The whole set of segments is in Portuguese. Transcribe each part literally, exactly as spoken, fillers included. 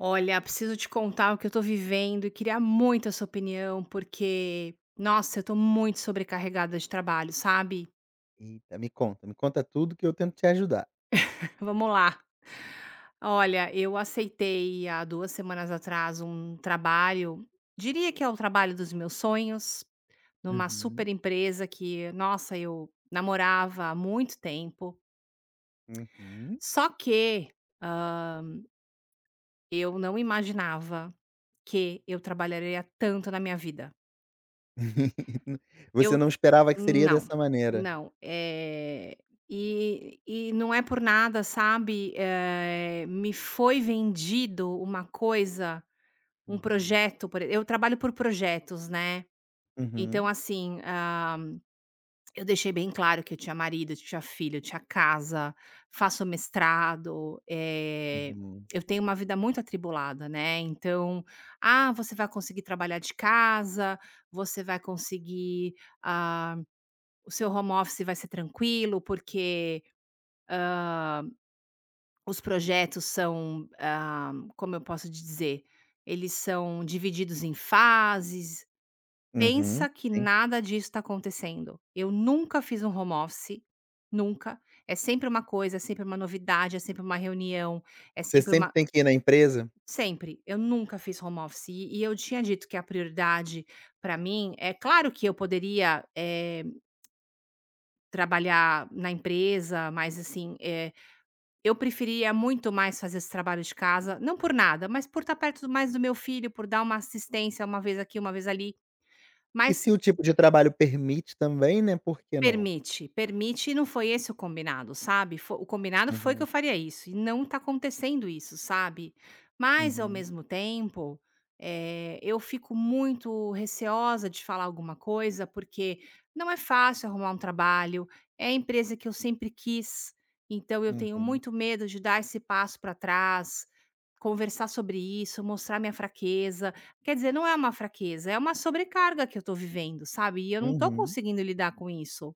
Olha, preciso te contar o que eu tô vivendo e queria muito a sua opinião, porque, nossa, eu tô muito sobrecarregada de trabalho, sabe? Eita, me conta, me conta tudo que eu tento te ajudar. Vamos lá. Olha, eu aceitei há duas semanas atrás um trabalho, diria que é o trabalho dos meus sonhos, numa super Uhum. empresa que, nossa, eu namorava há muito tempo. Uhum. Só que ah, eu não imaginava que eu trabalharia tanto na minha vida. Você não esperava que seria Não, dessa maneira. não, eh, e e não é por nada, sabe, eh, me foi vendido uma coisa, um Uhum. projeto, por ex- eu trabalho por projetos, né, então Uhum. assim, ah, eu deixei bem claro que eu tinha marido, eu tinha filho, eu tinha casa, faço mestrado, eh, Uhum. eu tenho uma vida muito atribulada, né, então: "Ah, você vai conseguir trabalhar de casa, você vai conseguir, ah". O seu home office vai ser tranquilo, porque os projetos são, ah, como eu posso te dizer, eles são divididos em fases. Uhum, Pensa que sim. nada disso está acontecendo. Eu nunca fiz um home office, nunca. É sempre uma coisa, é sempre uma novidade, é sempre uma reunião, é Você sempre sempre uma. tem que ir na empresa? Sempre. Eu nunca fiz home office. E e eu tinha dito que a prioridade para mim é claro que eu poderia eh, trabalhar na empresa, mas assim, eh, eu preferia muito mais fazer esse trabalho de casa, não por nada, mas por estar perto mais do meu filho, por dar uma assistência uma vez aqui, uma vez ali, E mas se o tipo de trabalho permite também, né, por que não? permite, permite e não foi esse o combinado, sabe. Fo O combinado foi que eu Uhum, faria isso e não tá acontecendo isso, sabe. Mas ao uhum, mesmo tempo, eh, eu fico muito receosa de falar alguma coisa, porque não é fácil arrumar um trabalho, é a empresa que eu sempre quis, então eu tenho uhum, muito medo de dar esse passo para trás, conversar sobre isso, mostrar minha fraqueza. Quer dizer, não é uma fraqueza, é uma sobrecarga que eu tô vivendo, sabe, e eu não tô uhum. conseguindo lidar com isso.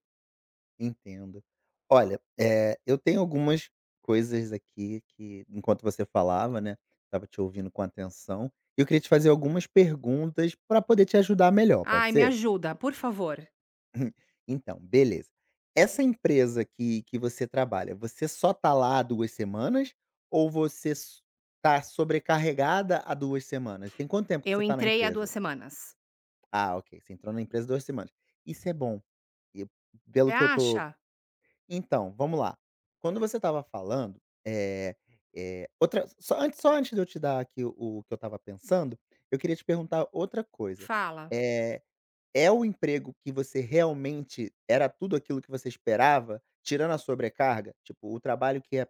Entendo. Olha, eh, eu tenho algumas coisas aqui que, enquanto você falava, né, estava te ouvindo com atenção, eu queria te fazer algumas perguntas para poder te ajudar melhor, pode Ai, me ser? ajuda, por favor. Então, beleza. Essa empresa que que você trabalha, você só tá lá duas semanas ou você s tá sobrecarregada há duas semanas? Tem quanto tempo que Eu você tá na entrei há duas empresa? semanas. Ah, ok, você entrou na empresa duas semanas. Isso é bom. E Você pelo que eu tô acha? Então, vamos lá. Quando você estava falando, eh eh, outra só antes só antes de eu te dar aqui o o que eu estava pensando, eu queria te perguntar outra coisa. Fala. Eh, é o emprego que você realmente era tudo aquilo que você esperava, tirando a sobrecarga? Tipo, o trabalho que é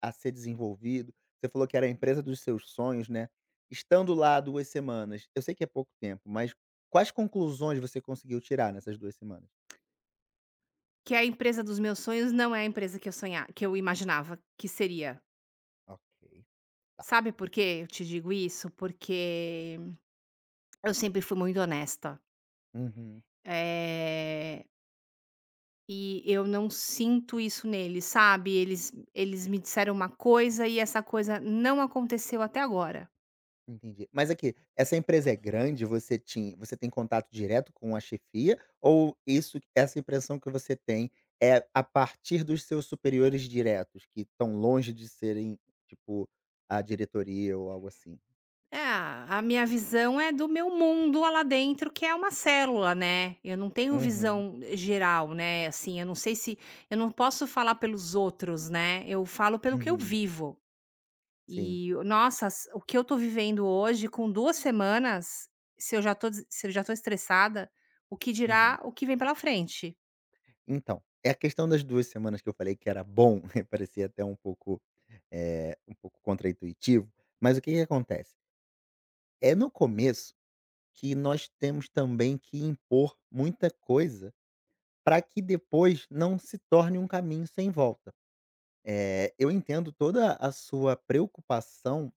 a ser desenvolvido, você falou que era a empresa dos seus sonhos, né. Estando lá duas semanas, eu sei que é pouco tempo, mas quais conclusões você conseguiu tirar nessas duas semanas? Que a empresa dos meus sonhos não é a empresa que eu sonhava, que eu imaginava que seria. Ok, tá. Sabe por quê eu te digo isso? Porque eu sempre fui muito honesta. Uhum. Eh, e eu não sinto isso neles, sabe. Eles eles me disseram uma coisa e essa coisa não aconteceu até agora. Entendi. Mas aqui, essa empresa é grande? Você tinha, você tem contato direto com a chefia ou isso essa impressão que você tem é a partir dos seus superiores diretos, que estão longe de serem, tipo, a diretoria ou algo assim? É, a minha visão é do meu mundo lá dentro, que é uma célula, né. Eu não tenho Uhum, visão geral, né, assim, eu não sei se eu não posso falar pelos outros, né, eu falo pelo que eu uhum. vivo. Sim, E, nossa, s o que eu tô vivendo hoje com duas semanas, se eu já tô des se eu já tô estressada, o que uhum. dirá o que vem pela frente. Então, é a questão das duas semanas que eu falei que era bom, parecia até um pouco, eh, um pouco contraintuitivo, mas o que que acontece? É no começo que nós temos também que impor muita coisa para que depois não se torne um caminho sem volta. Eh, eu entendo toda a sua preocupação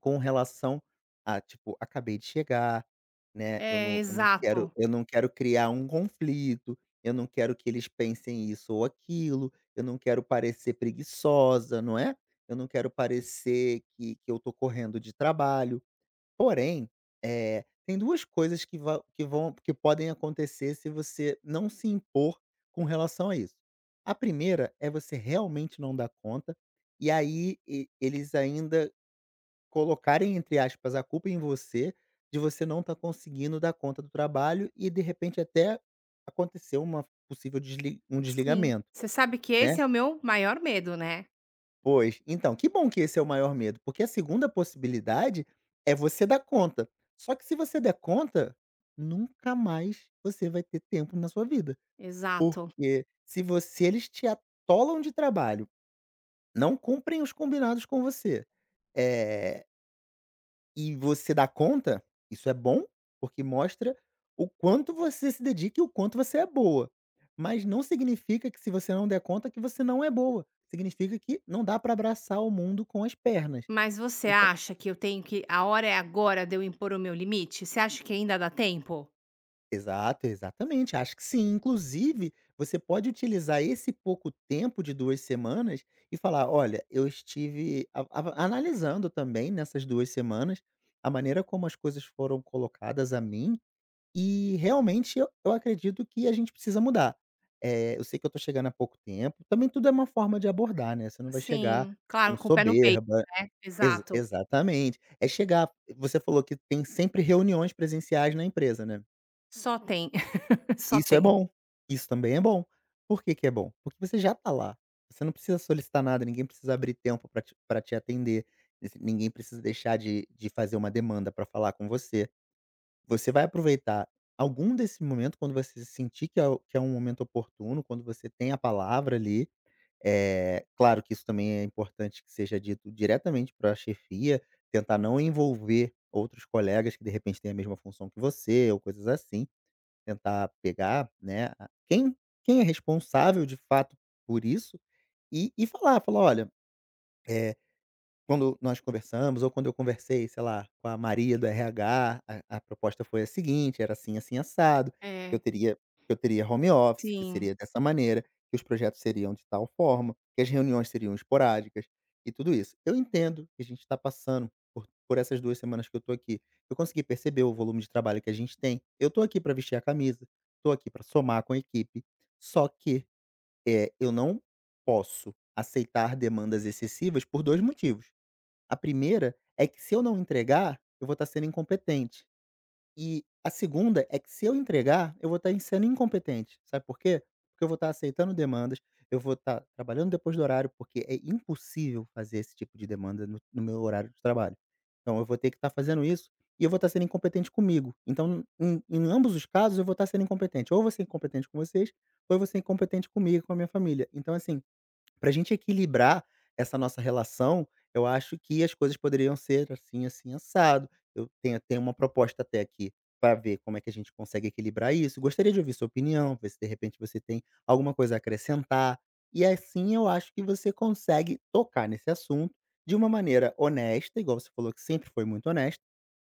com relação a, tipo, acabei de chegar, né, eu É, não eu não quero exato. eu não quero criar um conflito, eu não quero que eles pensem isso ou aquilo, eu não quero parecer preguiçosa, não é? Eu não quero parecer que que eu tô correndo de trabalho. Porém, eh, tem duas coisas que va que vão que podem acontecer se você não se impor com relação a isso. A primeira é você realmente não dar conta, e aí e eles ainda colocarem, entre aspas, a culpa em você, de você não estar conseguindo dar conta do trabalho e de repente até acontecer uma possível desli um Sim. desligamento, Você sabe que né. esse é o meu maior medo, né. Pois, então, que bom que esse é o maior medo, porque a segunda possibilidade é você dar conta. Só que se você der conta, nunca mais você vai ter tempo na sua vida, Exato. porque se você eles te atolam de trabalho, não cumprem os combinados com você, eh e você dá conta, isso é bom, porque mostra o quanto você se dedica e o quanto você é boa. Mas não significa que se você não der conta que você não é boa, significa que não dá para abraçar o mundo com as pernas. Mas você Então acha que eu tenho que a hora é agora de eu impor o meu limite? Você acha que ainda dá tempo? exato, exatamente, acho que sim. Inclusive, você pode utilizar esse pouco tempo de duas semanas e falar: "Olha, eu estive a a analisando também nessas duas semanas a maneira como as coisas foram colocadas a mim. E realmente eu eu acredito que a gente precisa mudar. Eh, eu sei que eu tô chegando há pouco tempo, também tudo é uma forma de abordar, né, você não vai chegar Sim, com claro, com o pé no peito, soberba né, exa exato. exatamente. É chegar você falou que tem sempre reuniões presenciais na empresa, né." Só tem, só Isso é tem. bom, isso também é bom. Por que que é bom? Porque você já tá lá, você não precisa solicitar nada, ninguém precisa abrir tempo para te pra te atender, esse- ninguém precisa deixar de de fazer uma demanda para falar com você. Você vai aproveitar algum desse momento quando você sentir que é o que é um momento oportuno, quando você tem a palavra ali. Eh, claro que isso também é importante que seja dito diretamente para a chefia, tentar não envolver outros colegas que de repente têm a mesma função que você ou coisas assim, tentar pegar, né, a quem quem é responsável de fato por isso, e e falar, falar: "Olha, eh" Quando nós conversamos ou quando eu conversei, sei lá, com a Maria do R H, a a proposta foi a seguinte, era assim, assim, assado, que eu É, teria que eu teria home office, que sim, seria dessa maneira, que os projetos seriam de tal forma, que as reuniões seriam esporádicas e tudo isso. Eu entendo que a gente está passando por por essas duas semanas que eu tô aqui. Eu consegui perceber o volume de trabalho que a gente tem. Eu tô aqui para vestir a camisa, tô aqui para somar com a equipe, só que, é, eu não posso aceitar demandas excessivas por dois motivos. A primeira é que se eu não entregar, eu vou estar sendo incompetente. E a segunda é que se eu entregar, eu vou estar sendo incompetente. Sabe por quê? Porque eu vou estar aceitando demandas, eu vou estar trabalhando depois do horário, porque é impossível fazer esse tipo de demanda no, no meu horário de trabalho. Então eu vou ter que estar fazendo isso e eu vou estar sendo incompetente comigo. Então, em, em ambos os casos, eu vou estar sendo incompetente. Ou eu vou ser incompetente com vocês, ou eu vou ser incompetente comigo, com a minha família. Então, assim, pra gente equilibrar essa nossa relação, eu acho que as coisas poderiam ser assim, assim, assado. Eu tenho tenho uma proposta até aqui para ver como é que a gente consegue equilibrar isso. Gostaria de ouvir sua opinião, ver se de repente você tem alguma coisa a acrescentar. E assim eu acho que você consegue tocar nesse assunto de uma maneira honesta, igual você falou que sempre foi muito honesta,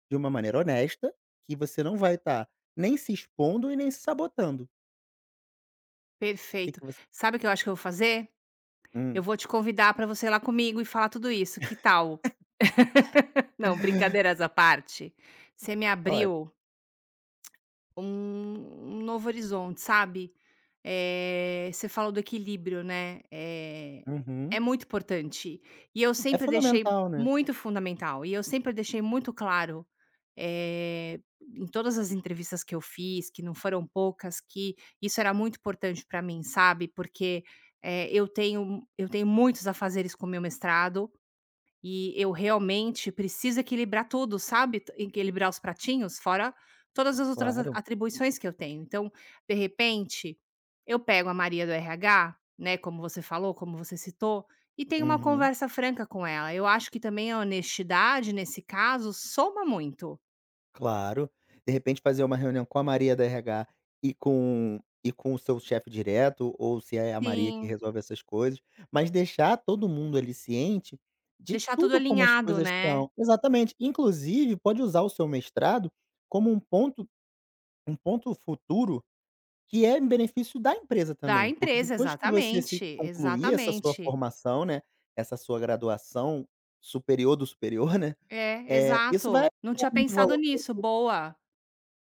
de uma maneira honesta, que você não vai estar nem se expondo e nem se sabotando. O que perfeito. que você Sabe o que eu acho que eu vou fazer? Eu hum, vou te convidar para você ir lá comigo e falar tudo isso, que tal? Não, brincadeiras à parte, você me olha abriu um um novo horizonte, sabe. Eh, você falou do equilíbrio, né, eh, uhum. é muito importante. E eu É sempre deixei fundamental, né. muito fundamental, e eu sempre deixei muito claro, eh, em todas as entrevistas que eu fiz, que não foram poucas, que isso era muito importante para mim, sabe, porque, eh, eu tenho eu tenho muitos afazeres com o meu mestrado e eu realmente preciso equilibrar tudo, sabe, t equilibrar os pratinhos, fora todas as outras a Claro. atribuições que eu tenho. Então, de repente, eu pego a Maria do R H, né, como você falou, como você citou, e tenho uma Uhum, conversa franca com ela. Eu acho que também a honestidade, nesse caso, soma muito. claro. De repente fazer uma reunião com a Maria da R H e com e com o seu chefe direto, ou se é a Maria que Sim, resolve essas coisas, mas deixar todo mundo ali ciente de deixar tudo tudo como as alinhado, coisas né, estão. Exatamente. Inclusive, pode usar o seu mestrado como um ponto um ponto futuro que é em benefício da empresa da também, porque empresa. depois que você se Exatamente, concluir essa sua exatamente. formação, né, essa sua graduação superior do superior, né, É, é isso vai exato. Não dar tinha muito pensado valor. nisso, boa.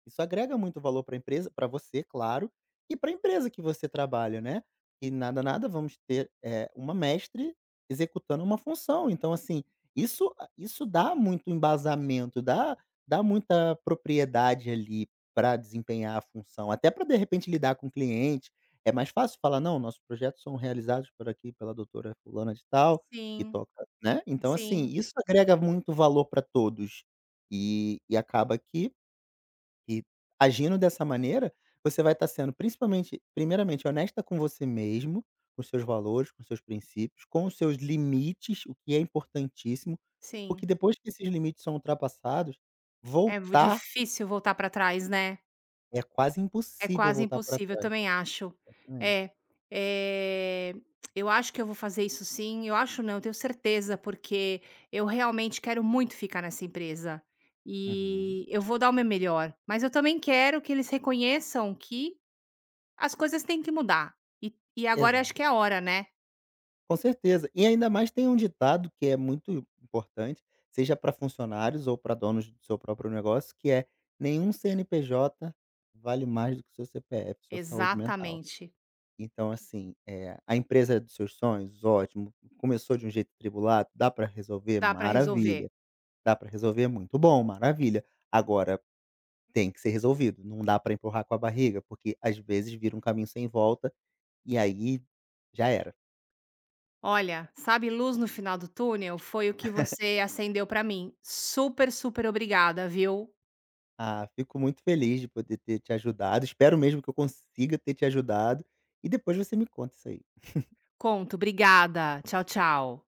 Isso agrega muito valor para a empresa para você, claro, e para a empresa que você trabalha, né. E nada, nada vamos ter, eh, uma mestre executando uma função. Então assim, isso isso dá muito embasamento, dá dá muita propriedade ali para desempenhar a função, até para de repente lidar com o cliente. É mais fácil falar: "Não, nossos projetos são realizados por aqui pela doutora fulana de tal, que Sim, toca", né. Então assim, sim, isso agrega muito valor para todos, e e acaba que e agindo dessa maneira, você vai estar sendo principalmente primeiramente honesta com você mesmo, com seus valores, com seus princípios, com os seus limites, o que é importantíssimo, sim. porque depois que esses limites são ultrapassados, É mu voltar difícil voltar para trás, né. é quase É impossível quase voltar para impossível, eu trás. também acho. Exatamente. É, eh, eu acho que eu vou fazer isso sim, eu acho não, eu tenho certeza, porque eu realmente quero muito ficar nessa empresa, Uhum. e eu vou dar o meu melhor, mas eu também quero que eles reconheçam que as coisas têm que mudar, e e agora eu acho Exato. que é a hora, né. Com certeza. E ainda mais tem um ditado que é muito importante, seja para funcionários ou para donos do seu próprio negócio, que é: "Nenhum C N P J vale mais do que o seu C P F, sua saúde mental". Exatamente. Então, assim, eh, a empresa é dos seus sonhos? Ótimo. Começou de um jeito tribulado. Dá para resolver? Dá para Maravilha. resolver. Dá para resolver? Muito bom, maravilha. Agora tem que ser resolvido, não dá para empurrar com a barriga, porque às vezes vira um caminho sem volta e aí já era. Olha, sabe luz no final do túnel? Foi o que você acendeu pra mim. Super, super obrigada, viu? Ah, fico muito feliz de poder ter te ajudado. Espero mesmo que eu consiga ter te ajudado. E depois você me conta isso aí. Conto, obrigada. Tchau, tchau.